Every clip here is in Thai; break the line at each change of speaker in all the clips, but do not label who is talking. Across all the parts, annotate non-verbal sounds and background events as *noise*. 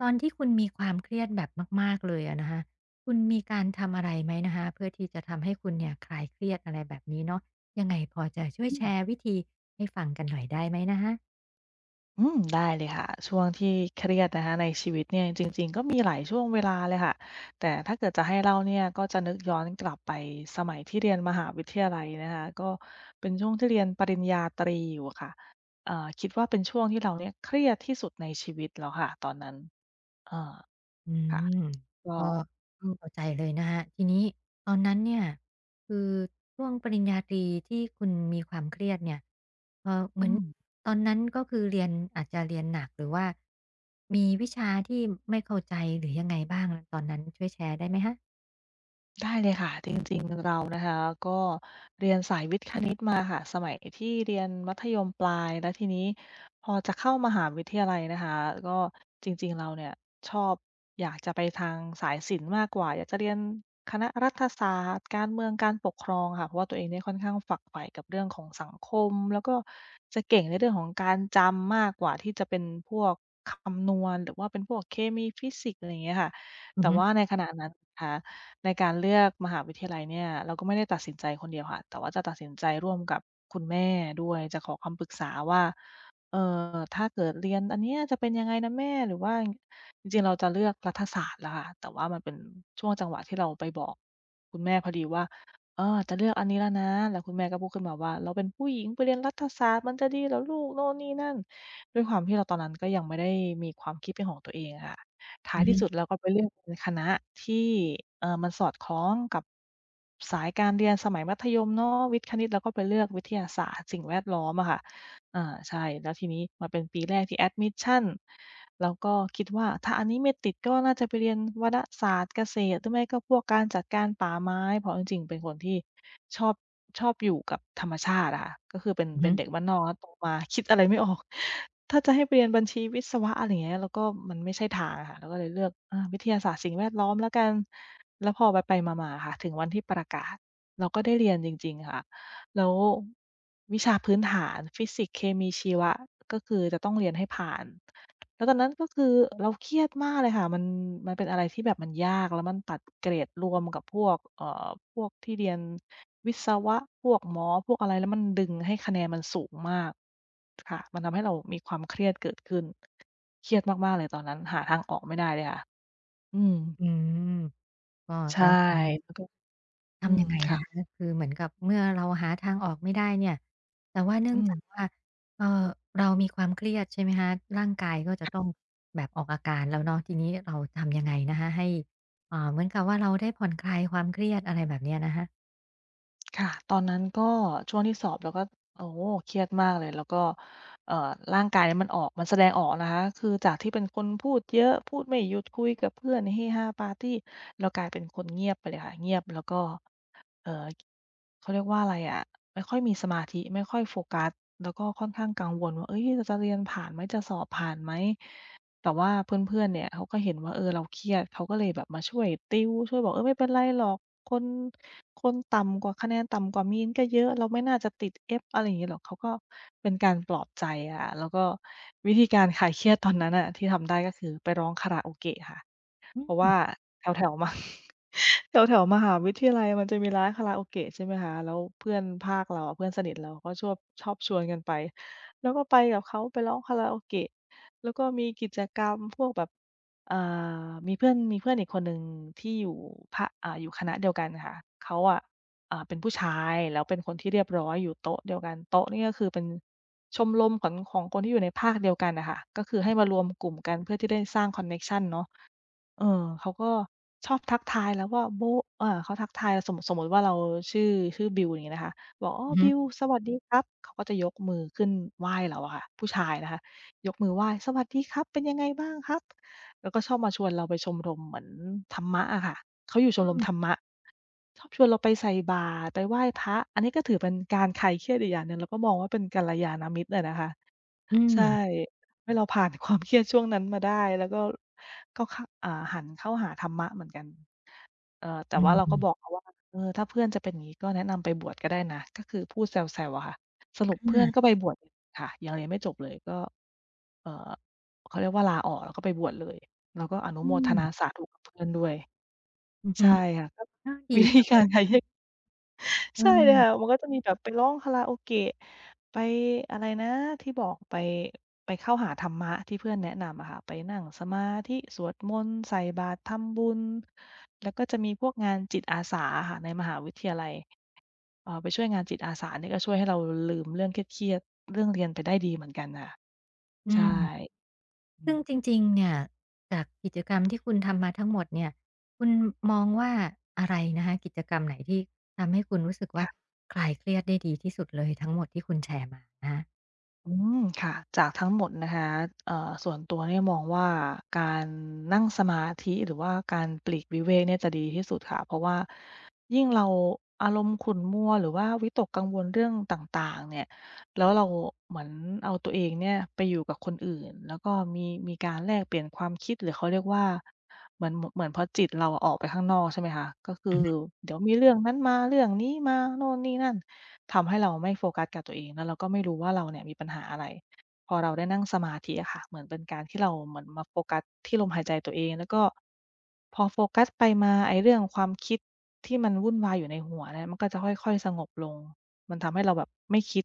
ตอนที่คุณมีความเครียดแบบมากๆเลยอะนะคะคุณมีการทำอะไรไหมนะคะเพื่อที่จะทำให้คุณเนี่ยคลายเครียดอะไรแบบนี้เนาะยังไงพอจะช่วย
อื
แชร์
ม
วิธีให้ฟังกันหน่อยได้ไหมนะคะ
อืมได้เลยค่ะช่วงที่เครียดนะคะในชีวิตเนี่ยจริงๆก็มีหลายช่วงเวลาเลยค่ะแต่ถ้าเกิดจะให้เล่าเนี่ยก็จะนึกย้อนกลับไปสมัยที่เรียนมหาวิทยาลัยนะคะก็เป็นช่วงที่เรียนปริญญาตรีอยู่ค่ะคิดว่าเป็นช่วงที่เราเนี่ยเครียดที่สุดในชีวิตแล้วค่ะตอนนั้นเออ
อื
ค่ะ
ม
ก็
ก็
อื
เข้า
ม
ใจเลยนะคะทีนี้ตอนนั้นเนี่ยคือช่วงปริญญาตรีที่คุณมีความเครียดเนี่ยเหมื
อื
อน
ม
ตอนนั้นก็คือเรียนอาจจะเรียนหนักหรือว่ามีวิชาที่ไม่เข้าใจหรือยังไงบ้างตอนนั้นช่วยแชร์ได้ไหมคะ
ได้เลยค่ะจริงๆเรานะคะก็เรียนสายวิทย์คณิตมาค่ะสมัยที่เรียนมัธยมปลายแล้วทีนี้พอจะเข้ามหาวิทยาลัยนะคะก็จริงๆเราเนี่ยชอบอยากจะไปทางสายศิลป์มากกว่าอยากจะเรียนคณะรัฐศาสตร์การเมืองการปกครองค่ะเพราะว่าตัวเองเนี่ยค่อนข้างฝักใฝ่กับเรื่องของสังคมแล้วก็จะเก่งในเรื่องของการจำมากกว่าที่จะเป็นพวกคำนวณหรือว่าเป็นพวกเคมีฟิสิกส์อะไรอย่างเงี้ยค่ะ
อือ
แต่
ฮึ
ว่าในขณะนั้นนะคะ ในการเลือกมหาวิทยาลัยเนี่ยเราก็ไม่ได้ตัดสินใจคนเดียวค่ะแต่ว่าจะตัดสินใจร่วมกับคุณแม่ด้วยจะขอคำปรึกษาว่าเอ่ถ้าเกิดเรียนอันเนี้ยจะเป็นยังไงนะแม่หรือว่าจริงๆเราจะเลือกรัฐศาสตร์แหละค่ะแต่ว่ามันเป็นช่วงจังหวะที่เราไปบอกคุณแม่พอดีว่าเออจะเลือกอันนี้แล้วนะแล้วคุณแม่ก็พูดขึ้นมาว่าเราเป็นผู้หญิงไปเรียนรัฐศาสตร์มันจะดีเหรอลูกโน่นนี่นั่นด้วยความที่เราตอนนั้นก็ยังไม่ได้มีความคิดเป็นของตัวเองอะค่ะ ท้า
อื
ย
อฮึ
ที่สุดเราก็ไปเลือกเป็นคณะที่มันสอดคล้องกับสายการเรียนสมัยมัธยมเนาะวิทย์คณิตเราก็ไปเลือกวิทยาศาสตร์สิ่งแวดล้อมอะค่ะอาใช่แล้วทีนี้มาเป็นปีแรกที่แอดมิสชันเราก็คิดว่าถ้าอันนี้ไม่ติดก็น่าจะไปเรียนวารศาสตร์เกษตรหรือไม่ก็พวกการจัดการป่าไม้เพราะเอาจริงๆเป็นคนที่ ชอบชอบอยู่กับธรรมชาติอะค่ะก็คือเป็น
อือ
เป็
ฮึ
นเด็กบ้านนอกแล้วโตมาคิดอะไรไม่ออก *laughs* ถ้าจะให้ไปเรียนบัญชีวิศวะอะไรอย่างเงี้ยเราก็มันไม่ใช่ทางอะค่ะเราก็เลยเลือกอาวิทยาศาสตร์สิ่งแวดล้อมแล้วกันแล้วพอไปๆมาๆค่ะถึงวันที่ประกาศเราก็ได้เรียนจริงๆค่ะแล้ววิชาพื้นฐานฟิสิกส์เคมีชีวะก็คือจะต้องเรียนให้ผ่าน แล้วตอนนั้นก็คือเราเครียดมากเลยค่ะมันเป็นอะไรที่แบบมันยากแล้วมันตัดเกรดรวมกับพวกพวกที่เรียนวิศวะพวกหมอพวกอะไรแล้วมันดึงให้คะแนนมันสูงมากค่ะมันทำให้เรามีความเครียดเกิดขึ้นเครียดมากๆเลยตอนนั้นหาทางออกไม่ได้เลยค่ะอืม
อืมก็
ใช่
แล้วตอนนั้น
แล้วก็อื
ทำ
ม
ยังไงนะคะ
ค่ะ
คือเหมือนกับเมื่อเราหาทางออกไม่ได้เนี่ยแต่ว่าเนื่อ
อื
งจาก
ม
ว่าเอ่อเรามีความเครียดใช่ไหมคะร่างกายก็จะต้องแบบออกอาการแล้วเนาะทีนี้เราทำยังไงนะคะให้เหมือนกับว่าเราได้ผ่อนคลายความเครียดอะไรแบบเนี้ยนะคะ
ค่ะตอนนั้นก็ช่วงที่สอบแล้วก็โอ้โฮเครียดมากเลยแล้วก็ร่างกายเนี่ยมันออกมันแสดงออกนะคะคือจากที่เป็นคนพูดเยอะพูดไม่หยุดคุยกับเพื่อนเฮฮาปาร์ตีเรากลายเป็นคนเงียบไปเลยค่ะเงียบแล้วก็เอ่อเขาเรียกว่าอะไรอะไม่ค่อยมีสมาธิไม่ค่อยโฟกัสแล้วก็ค่อนข้างกังวลว่าเฮ้ยเราจะเรียนผ่านไหมจะสอบผ่านไหม แต่ว่าเพื่อนๆเนี่ยเขาก็เห็นว่าเออเราเครียดเขาก็เลยแบบมาช่วยติวช่วยบอกเออไม่เป็นไรหรอกคนคนต่ำกว่าคะแนนต่ำกว่ามีนก็เยอะเราไม่น่าจะติด F" อะไรอย่างงี้หรอกเขาก็เป็นการปลอบใจอะแล้วก็วิธีการคลายเครียดตอนนั้นน่ะที่ทำได้ก็คือไปร้องคาราโอเกะค่ะ
อื
เพราะ
ม
ว่าแถวๆมา *laughs* แถวๆมหาวิทยาลัยมันจะมีร้านคาราโอเกะใช่ไหมคะแล้วเพื่อนภาคเราอะเพื่อนสนิทเราก็ชอบชวนกันไปแล้วก็ไปกับเขาไปร้องคาราโอเกะแล้วก็มีกิจกรรมพวกแบบอ่ามีเพื่อนอีกคนหนึ่งที่อยู่ภาอ่าอยู่คณะเดียวกันค่ะเขาอะเป็นผู้ชายแล้วเป็นคนที่เรียบร้อยอยู่โต๊ะเดียวกันโต๊ะนี่ก็คือเป็นชมรมของคนที่อยู่ในภาคเดียวกันน่ะค่ะก็คือให้มารวมกลุ่มกันเพื่อที่ได้สร้างคอนเน็กชันเนาะ เออเขาก็ชอบทักทายแล้วว่าโบ๊ะเขาทักทายสมมุติว่าเราชื่อชื่อบิวอย่างงี้นะคะบอกอ๋อ
อือฮึ
บิวสวัสดีครับเขาก็จะยกมือขึ้นไหว้เราอะค่ะผู้ชายนะคะยกมือไหว้สวัสดีครับเป็นยังไงบ้างครับแล้วก็ชอบมาชวนเราไปชมรมเหมือนธรรมะอะค่ะเขาอยู่ช
อื
มรม
ม
ธรรมะชอบชวนเราไปใส่บาตรไปไหว้พระอันนี้ก็ถือเป็นการคลายเครียดอีกอย่างหนึ่งเราก็มองว่าเป็นกัลยาณมิตรอะนะคะ
อืม
ใช่ทำให้เราผ่านความเครียดช่วงนั้นมาได้แล้วก็ก็ขอ่าหันเข้าหาธรรมะเหมือนกันแต่
อื
ว่าเราก็บอก
ม
เขาว่าถ้าเพื่อนจะเป็นอย่างงี้ก็แนะนำไปบวชก็ได้นะ ก็คือพูดแซวๆอะค่ะสรุป
อา
เพื่อนก็ไปบวชค่ะยังเรียนไม่จบเลยก็เอ่อเขาเรียกว่าลาออกแล้วก็ไปบวชเลย แล้วก็อนุ
อื
โมท
ม
นาสาธุกับเพื่อนด้วย
อือฮึ
ใช่ค่ะก็
เออ
*laughs* วิ
ดี
ธี
จังเล
การ
ย
ใช้
เอ
ใช่เลยค่ะ
อ
มันก็จะมีแบบไปร้องคาราโอเกะไปอะไรนะที่บอกไปไปเข้าหาธรรมะที่เพื่อนแนะนำอะค่ะไปนั่งสมาธิสวดมนต์ใส่บาตรทำบุญแล้วก็จะมีพวกงานจิตอาสาอะค่ะในมหาวิทยาลัยไปช่วยงานจิตอาสาเนี่ยก็ช่วยให้เราลืมเรื่องเครียดๆดีเหมือนกันค่ะ
อื
ใช่
ม
อื
ซึ่งจ
ม
ริงๆเนี่ยจากกิจกรรมที่คุณทำมาทั้งหมดเนี่ยคุณมองว่าอะไรนะคะกิจกรรมไหนที่ทำให้คุณรู้สึกว่า
ค่ะ
คลายเครียดได้ดีที่สุดเลยทั้งหมดที่คุณแชร์มานะคะ
อืมค่ะจากทั้งหมดนะคะเอ่อส่วนตัวเนี่ยมองว่าการนั่งสมาธิหรือว่าการปลีกวิเวกเนี่ยจะดีที่สุดค่ะเพราะว่ายิ่งเราอารมณ์ขุ่นมัวหรือว่าวิตกกังวลเรื่องต่างๆเนี่ยแล้วเราเหมือนเอาตัวเองเนี่ยไปอยู่กับคนอื่นแล้วก็มีมีการแลกเปลี่ยนความคิดหรือเขาเรียกว่าเหมือนพอจิตเราออกไปข้างนอกใช่ไหมคะก็คือเดี๋ยวมีเรื่องนั้นมาเรื่องนี้มาโน่นนี่นั่น ทำให้เราไม่โฟกัสกับตัวเองแล้วเราก็ไม่รู้ว่าเราเนี่ยมีปัญหาอะไรพอเราได้นั่งสมาธิอะค่ะเหมือนเป็นการที่เราเหมือนมาโฟกัสที่ลมหายใจตัวเองแล้วก็พอโฟกัสไปมาไอ้เรื่องความคิดที่มันวุ่นวายอยู่ในหัวเนี่ยมันก็จะค่อยๆสงบลงมันทำให้เราแบบไม่คิด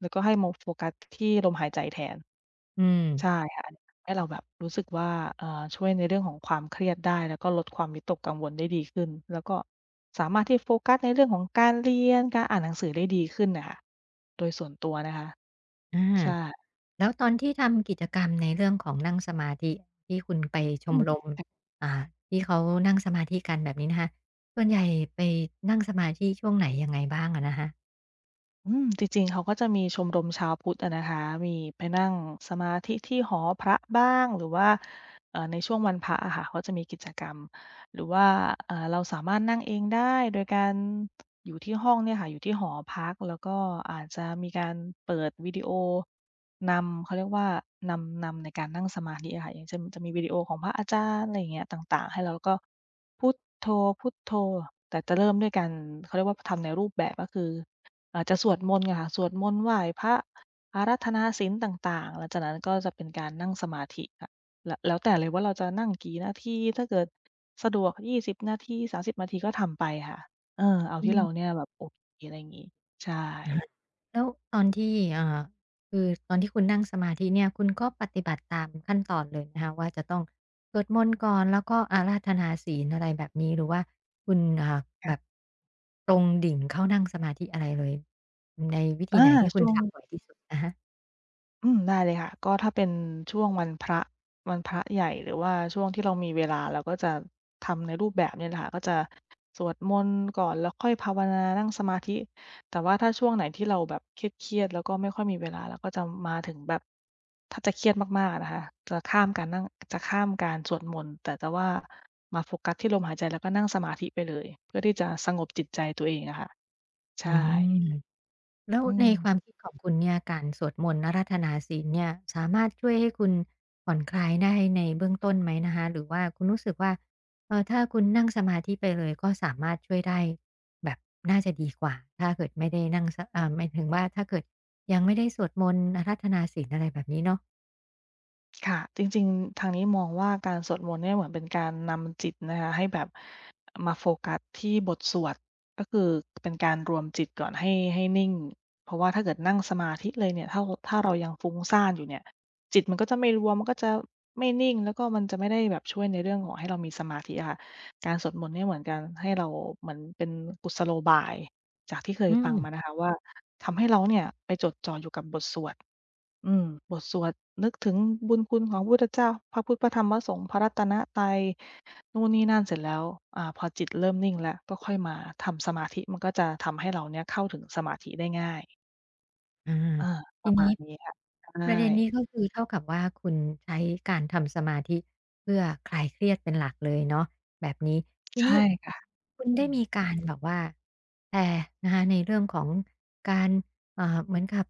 แล้วก็ให้มาโฟกัสที่ลมหายใจแทน
อืม
ใช่ค่ะอันนี้ทำให้เราแบบรู้สึกว่าช่วยในเรื่องของความเครียดได้แล้วก็ลดความวิตกกังวลได้ดีขึ้นแล้วก็สามารถที่โฟกัสในเรื่องของการเรียนการอ่านหนังสือได้ดีขึ้นน่ะค่ะโดยส่วนตัวนะคะ
อา
ใช่
แล้วตอนที่ทำกิจกรรมในเรื่องของนั่งสมาธิที่คุณไปช
อื
ม
ม
รมอ่าที่เขานั่งสมาธิกันแบบนี้นะคะส่วนใหญ่ไปนั่งสมาธิช่วงไหนยังไงบ้างอะนะคะ
อืมจริงๆเขาก็จะมีชมรมชาวพุทธอะนะคะมีไปนั่งสมาธิที่หอพระบ้างหรือว่าในช่วงวันพระอะค่ะเขาจะมีกิจกรรมหรือว่าอ่าเราสามารถนั่งเองได้โดยการอยู่ที่ห้องเนี่ยค่ะอยู่ที่หอพักแล้วก็อาจจะมีการเปิดวิดีโอนำเขาเรียกว่านำในการนั่งสมาธิอะค่ะอย่างเช่นจะมีวิดีโอของพระอาจารย์อะไรอย่างเงี้ยต่างๆให้เราแล้วก็พุทโธๆแต่จะเริ่มด้วยการเขาเรียกว่าทำในรูปแบบก็คือ อาจจะสวดมนต์อะค่ะ สวดมนต์ไหว้พระอาราธนาศีลต่างๆหลังจากนั้นก็จะเป็นการนั่งสมาธิค่ะแล้วแต่เลยว่าเราจะนั่งกี่นาทีถ้าเกิดสะดวก20นาที30นาทีก็ทำไปค่ะ เออเอา
อื
ที่
ม
เราเนี่ยแบบโอเคอะไรงี้ ใช่
แล้วตอนที่คือตอนที่คุณนั่งสมาธิเนี่ยคุณก็ปฏิบัติตามขั้นตอนเลยนะคะว่าจะต้องสวดมนต์ก่อนแล้วก็อาราธนาศีลอะไรแบบนี้หรือว่าคุณแบบ
ค่ะ
ตรงดิ่งเข้านั่งสมาธิอะไรเลยในวิธี
อา
ไหนที่คุณ
ช่วง
ทำบ่อยที่สุดอะฮะ
อืมได้เลยค่ะก็ถ้าเป็นช่วงวันพระวันพระใหญ่หรือว่าช่วงที่เรามีเวลาเราก็จะทำในรูปแบบเนี่ยแหละค่ะก็จะสวดมนต์ก่อนแล้วค่อยภาวนานั่งสมาธิแต่ว่าถ้าช่วงไหนที่เราแบบเครียดๆแล้วก็ไม่ค่อยมีเวลาเราก็จะมาถึงแบบถ้าจะเครียดมากๆอะนะคะจะข้ามการนั่งจะข้ามการสวดมนต์แต่จะว่ามาโฟกัสที่ลมหายใจแล้วก็นั่งสมาธิไปเลยเพื่อที่จะสงบจิตใจตัวเองอะค่ะใช่
อืม แล้ว
อื
ในความ
ม
คิดของคุณเนี่ยการสวดมนต์อาราธนาศีลเนี่ยสามารถช่วยให้คุณผ่อนคลายได้ในเบื้องต้นไหมนะคะหรือว่าคุณรู้สึกว่าถ้าคุณนั่งสมาธิไปเลยก็สามารถช่วยได้แบบน่าจะดีกว่าถ้าเกิดไม่ได้นั่งสหมายถึงว่าถ้าเกิดยังไม่ได้สวดมนต์อาราธนาศีลอะไรแบบนี้เนาะ
ค่ะจริงๆทางนี้มองว่าการสวดมนต์เนี่ยเหมือนเป็นการนำจิตนะคะให้แบบมาโฟกัสที่บทสวดก็คือเป็นการรวมจิตก่อนให้นิ่งเพราะว่าถ้าเกิดนั่งสมาธิเลยเนี่ยถ้าเรายังฟุ้งซ่านอยู่เนี่ยจิตมันก็จะไม่รวมมันก็จะไม่นิ่งแล้วก็มันจะไม่ได้แบบช่วยในเรื่องของให้เรามีสมาธิอะค่ะการสวดมนต์เนี่ยเหมือนการให้เราเหมือนเป็นกุศโลบายจากที่เค
อื
ยฟั
ม
งมานะคะว่าทำให้เราเนี่ยไปจดจ่ออยู่กับบทสวด อืมบทสวดนึกถึงบุญคุณของพุทธเจ้าพระพุทธพระธรรมพระสงฆ์พระรัตนตรัยนู่นนี่นั่นเสร็จแล้วพอจิตเริ่มนิ่งแล้วก็ค่อยมาทำสมาธิมันก็จะทำให้เราเนี่ยเข้าถึงสมาธิได้ง่าย
อา
เออป
ที
ระมา
นี้
ณนี้ค่ะ
ป
ใช่
ระเด็นนี้ก็คือเท่ากับว่าคุณใช้การทำสมาธิเพื่อคลายเครียดเป็นหลักเลยเนาะแบบนี้ทีนี้
ใช่ค่ะ
คุณ
อื
ได้
ม
มีการแบบว่าแชร์นะคะในเรื่องของการเหมือนกับ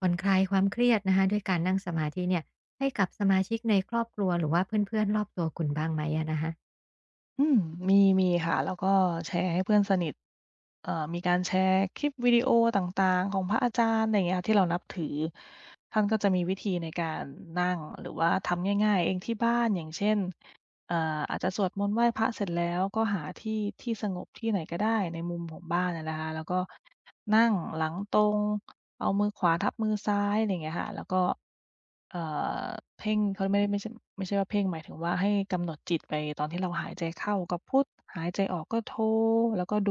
ผ่อนคลายความเครียดนะคะด้วยการนั่งสมาธิเนี่ยให้กับสมาชิกในครอบครัวหรือว่าเพื่อนๆรอบตัวคุณบ้างไหมอะนะคะ
อืมมีค่ะแล้วก็แชร์ให้เพื่อนสนิทมีการแชร์คลิปวิดีโอต่างๆของพระอาจารย์ไรเงี้ยที่เรานับถือท่านก็จะมีวิธีในการนั่งหรือว่าทำง่ายๆเองที่บ้านอย่างเช่น เอ่ออาจจะสวดมนต์ไหว้พระเสร็จแล้วก็หาที่ที่สงบที่ไหนก็ได้ในมุมของบ้านอะนะคะแล้วก็นั่งหลังตรงเอามือขวาทับมือซ้ายอะไรอย่างเงี้ยค่ะแล้วก็เอ่อเพ่งเขาไม่ได้ไม่ใช่ไม่ใช่ว่าเพ่งหมายถึงว่าให้กำหนดจิตไปตอนที่เราหายใจเข้าก็พุทหายใจออกก็โธแล้วก็ดู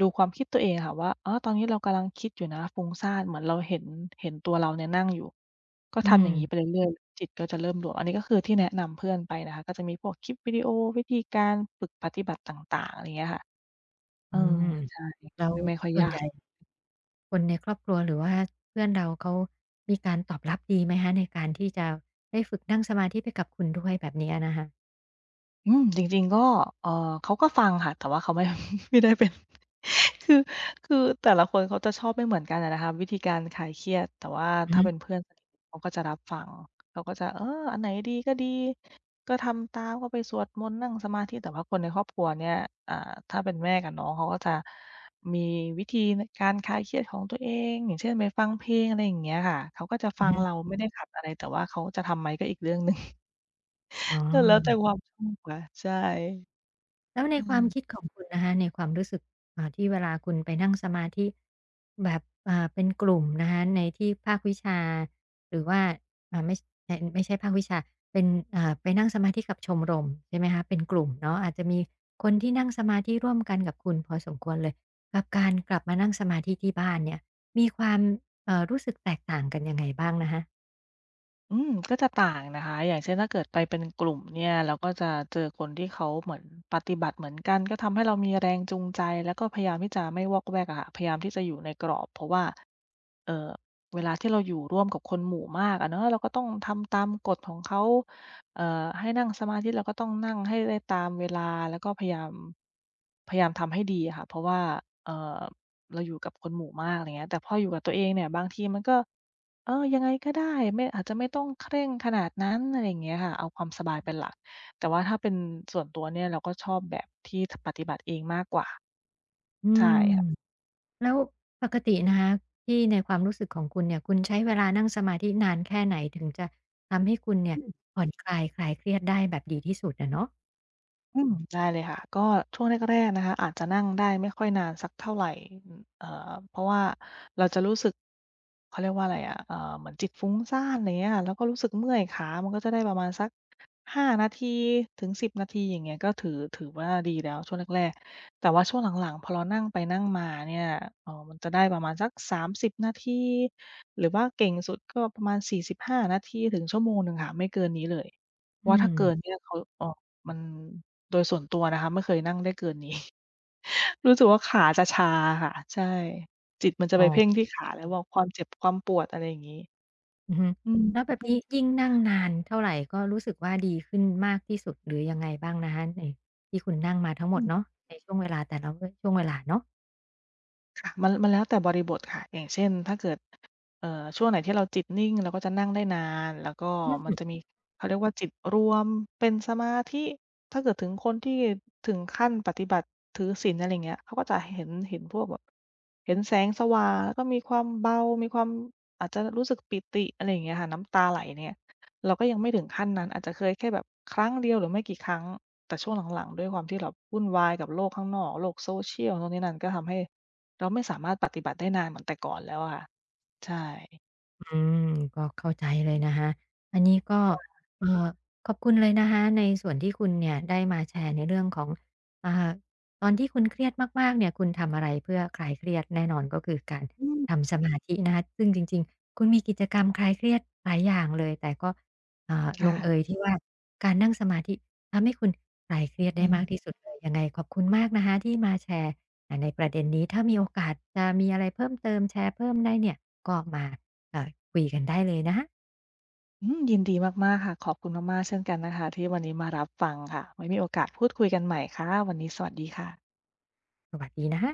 ดูความคิดตัวเองค่ะว่าอ๋อตอนนี้เรากำลังคิดอยู่นะฟุ้งซ่านเหมือนเราเห็นเห็นตัวเราเนี่ยนั่งอยู่ ก็
อื
ทำ
ม
อย่างนี้ไปเรื่อยๆจิตก็จะเริ่มรวมอันนี้ก็คือที่แนะนำเพื่อนไปนะคะก็จะมีพวกคลิปวิดีโอวิธีการฝึกปฏิบัติต่างๆอะไรเงี้ยค่ะเอ
อื
อ
ม
ใช่
แล้ว
ไม่ค่อย
ส่วน
ยา
ให
ก
ญ่ คนในครอบครัวหรือว่าเพื่อนเราเขามีการตอบรับดีไหมคะในการที่จะได้ฝึกนั่งสมาธิไปกับคุณด้วยแบบเนี้ยนะคะ
อืมจริงๆก็เอ่อเขาก็ฟังค่ะแต่ว่าเขาไม่ *laughs* ไม่ได้เป็น *laughs* คือคือแต่ละคนเขาจะชอบไม่เหมือนกันอะนะคะวิธีการคลายเครียดแต่ว่า
อือ
ถ้า
ฮึ
เป็นเพื่อนสนิทเขาก็จะรับฟัง เขาก็จะเอออันไหนดีก็ดี ก็ทำตามก็ไปสวดมนต์นั่งสมาธิแต่ว่าคนในครอบครัวเนี่ยอ่าถ้าเป็นแม่กับน้องเขาก็จะมีวิธีในการคลายเครียดของตัวเองอย่างเช่นไปฟังเพลงอะไรอย่างเงี้ยค่ะเขาก็จะ
อื
ฟั
อ
ง
ฮึ
เราไม่ได้ขัดอะไรแต่ว่าเขาจะทำไหมก็อีกเรื่องหนึ่ง
อ๋
*laughs* ก็แล้วแต่ค
อ
วามชอบค่ะใช่
แล้วใน
อื
ความคิด
ม
ของคุณนะคะในความรู้สึกที่เวลาคุณไปนั่งสมาธิแบบเป็นกลุ่มนะคะในที่ภาควิชาหรือว่าอ่าไม่ไม่ใช่ภาควิชาเป็นไปนั่งสมาธิกับชมรมใช่ไหมคะเป็นกลุ่มเนาะอาจจะมีคนที่นั่งสมาธิร่วมกันกับคุณพอสมควรเลยกับการกลับมานั่งสมาธิที่บ้านเนี่ยมีความรู้สึกแตกต่างกันยังไงบ้างนะคะ
ก็จะต่างนะคะอย่างเช่นถ้าเกิดไปเป็นกลุ่มเนี่ยเราก็จะเจอคนที่เขาเหมือนปฏิบัติเหมือนกันก็ทำให้เรามีแรงจูงใจแล้วก็พยายามที่จะไม่วอกแวกอะค่ะพยายามที่จะอยู่ในกรอบเพราะว่าเอ่อเวลาที่เราอยู่ร่วมกับคนหมู่มากอะเนาะเราก็ต้องทำตามกฎของเขาเอ่อให้นั่งสมาธิเราก็ต้องนั่งให้ได้ตามเวลาแล้วก็พยายามทำให้ดีอะค่ะเพราะว่าเอ่อเราอยู่กับคนหมู่มากอะไรเงี้ยแต่พออยู่กับตัวเองเนี่ยบางทีมันก็ เออยังไงก็ได้ไม่อาจจะไม่ต้องเคร่งขนาดนั้นอะไรอย่างเงี้ยค่ะเอาความสบายเป็นหลักแต่ว่าถ้าเป็นส่วนตัวเนี่ยเราก็ชอบแบบที่ทปฏิบัติเองมากกว่า
อื
ใช่
ม
ค่ะ
แล้วปกตินะคะที่ในความรู้สึกของคุณเนี่ยคุณใช้เวลานั่งสมาธินานแค่ไหนถึงจะทำให้คุณเนี่ยผ่อนคลายคลายเครียดได้แบบดีที่สุดอะเนาะ
อืมได้เลยค่ะก็ช่วงแรกๆนะคะอาจจะนั่งได้ไม่ค่อยนานสักเท่าไรอืมเพราะว่าเราจะรู้สึกเขาเรียกว่าอะไรอะเหมือนจิตฟุ้งซ่านไรเงี้ยค่ะแล้วก็รู้สึกเมื่อยขามันก็จะได้ประมาณสักห้านาทีถึง10 นาทีอย่างเงี้ยก็ถือว่าดีแล้วช่วงแรกๆแต่ว่าช่วงหลังๆพอเรานั่งไปนั่งมาเนี่ยมันจะได้ประมาณสัก30นาทีหรือว่าเก่งสุดก็ประมาณ45 นาทีถึงชั่วโมงหนึ่งค่ะไม่เกินนี้เลยเพราะ
อื
ว่า
ม
ถ้าเกินเนี่ยเขามัน โดยส่วนตัวนะคะไม่เคยนั่งได้เกินนี้ *laughs* รู้สึกว่าขาจะชาค่ะใช่จิตมันจะ
อ๋
ไปเพ่ง
อ
ที่ขาแล้วบอกความเจ็บความปวดอะไรอย่างงี้
อือฮึ
อื
แล้วแบ
ม
บนี้ยิ่งนั่งนานเท่าไรก็รู้สึกว่าดีขึ้นมากที่สุดหรือยังไงบ้างนะคะในที่คุณนั่งมาทั้งหมดเนาะในช่วงเวลาแต่ละวช่วงเวลาเนาะ
ค่ะมันแล้วแต่บริบทค่ะอย่างเช่นถ้าเกิดช่วงไหนที่เราจิตนิ่งเราก็จะนั่งได้นานแล้วก็
อื
มันจะ
ม
มีเขาเรียกว่าจิตรวมเป็นสมาธิถ้าเกิดถึงคนที่ถึงขั้นปฏิบัติถือศีลอะไรอย่างเงี้ยเขาก็จะเห็นเห็นพวกแบบเห็นแสงสว่างแล้วก็มีความเบามีความอาจจะรู้สึกปิติอะไรอย่างเงี้ยค่ะน้ำตาไหลเนี่ยเราก็ยังไม่ถึงขั้นนั้นอาจจะเคยแค่แบบครั้งเดียวหรือไม่กี่ครั้งแต่ช่วงหลังๆด้วยความที่เราวุ่นวายกับโลกข้างนอกโลก social นู่นนี่นั่นก็ทำให้ เราไม่สามารถปฏิบัติได้นานเหมือนแต่ก่อนแล้วอะค่ะใช่
อืมก็เข้าใจเลยนะคะอันนี้ก็เอ่อขอบคุณเลยนะคะในส่วนที่คุณเนี่ยได้มาแชร์ในเรื่องของอ่าตอนที่คุณเครียดมากๆเนี่ยคุณทำอะไรเพื่อคลายเครียดแน่นอนก็คือการ
อืม
ทำสมาธินะคะซึ่งจริงๆคุณมีกิจกรรมคลายเครียดหลายอย่างเลยแต่ก็ล
ค่ะ
งเอยที่ว่าการนั่งสมาธิทำให้คุณคลายเครียด
อื
ได้มาก
ม
ที่สุดเลยยังไงขอบคุณมากนะคะที่มาแชร์ในประเด็นนี้ถ้ามีโอกาสจะมีอะไรเพิ่มเติมแชร์เพิ่มได้เนี่ยก็มา ค่ะคุยกันได้เลยนะคะ
อืมยินดีมากๆค่ะขอบคุณมากๆเช่นกันนะคะที่วันนี้มารับฟังค่ะไว้มีโอกาสพูดคุยกันใหม่ค่ะวันนี้สวัสดีค่ะ
สวัสดีนะคะ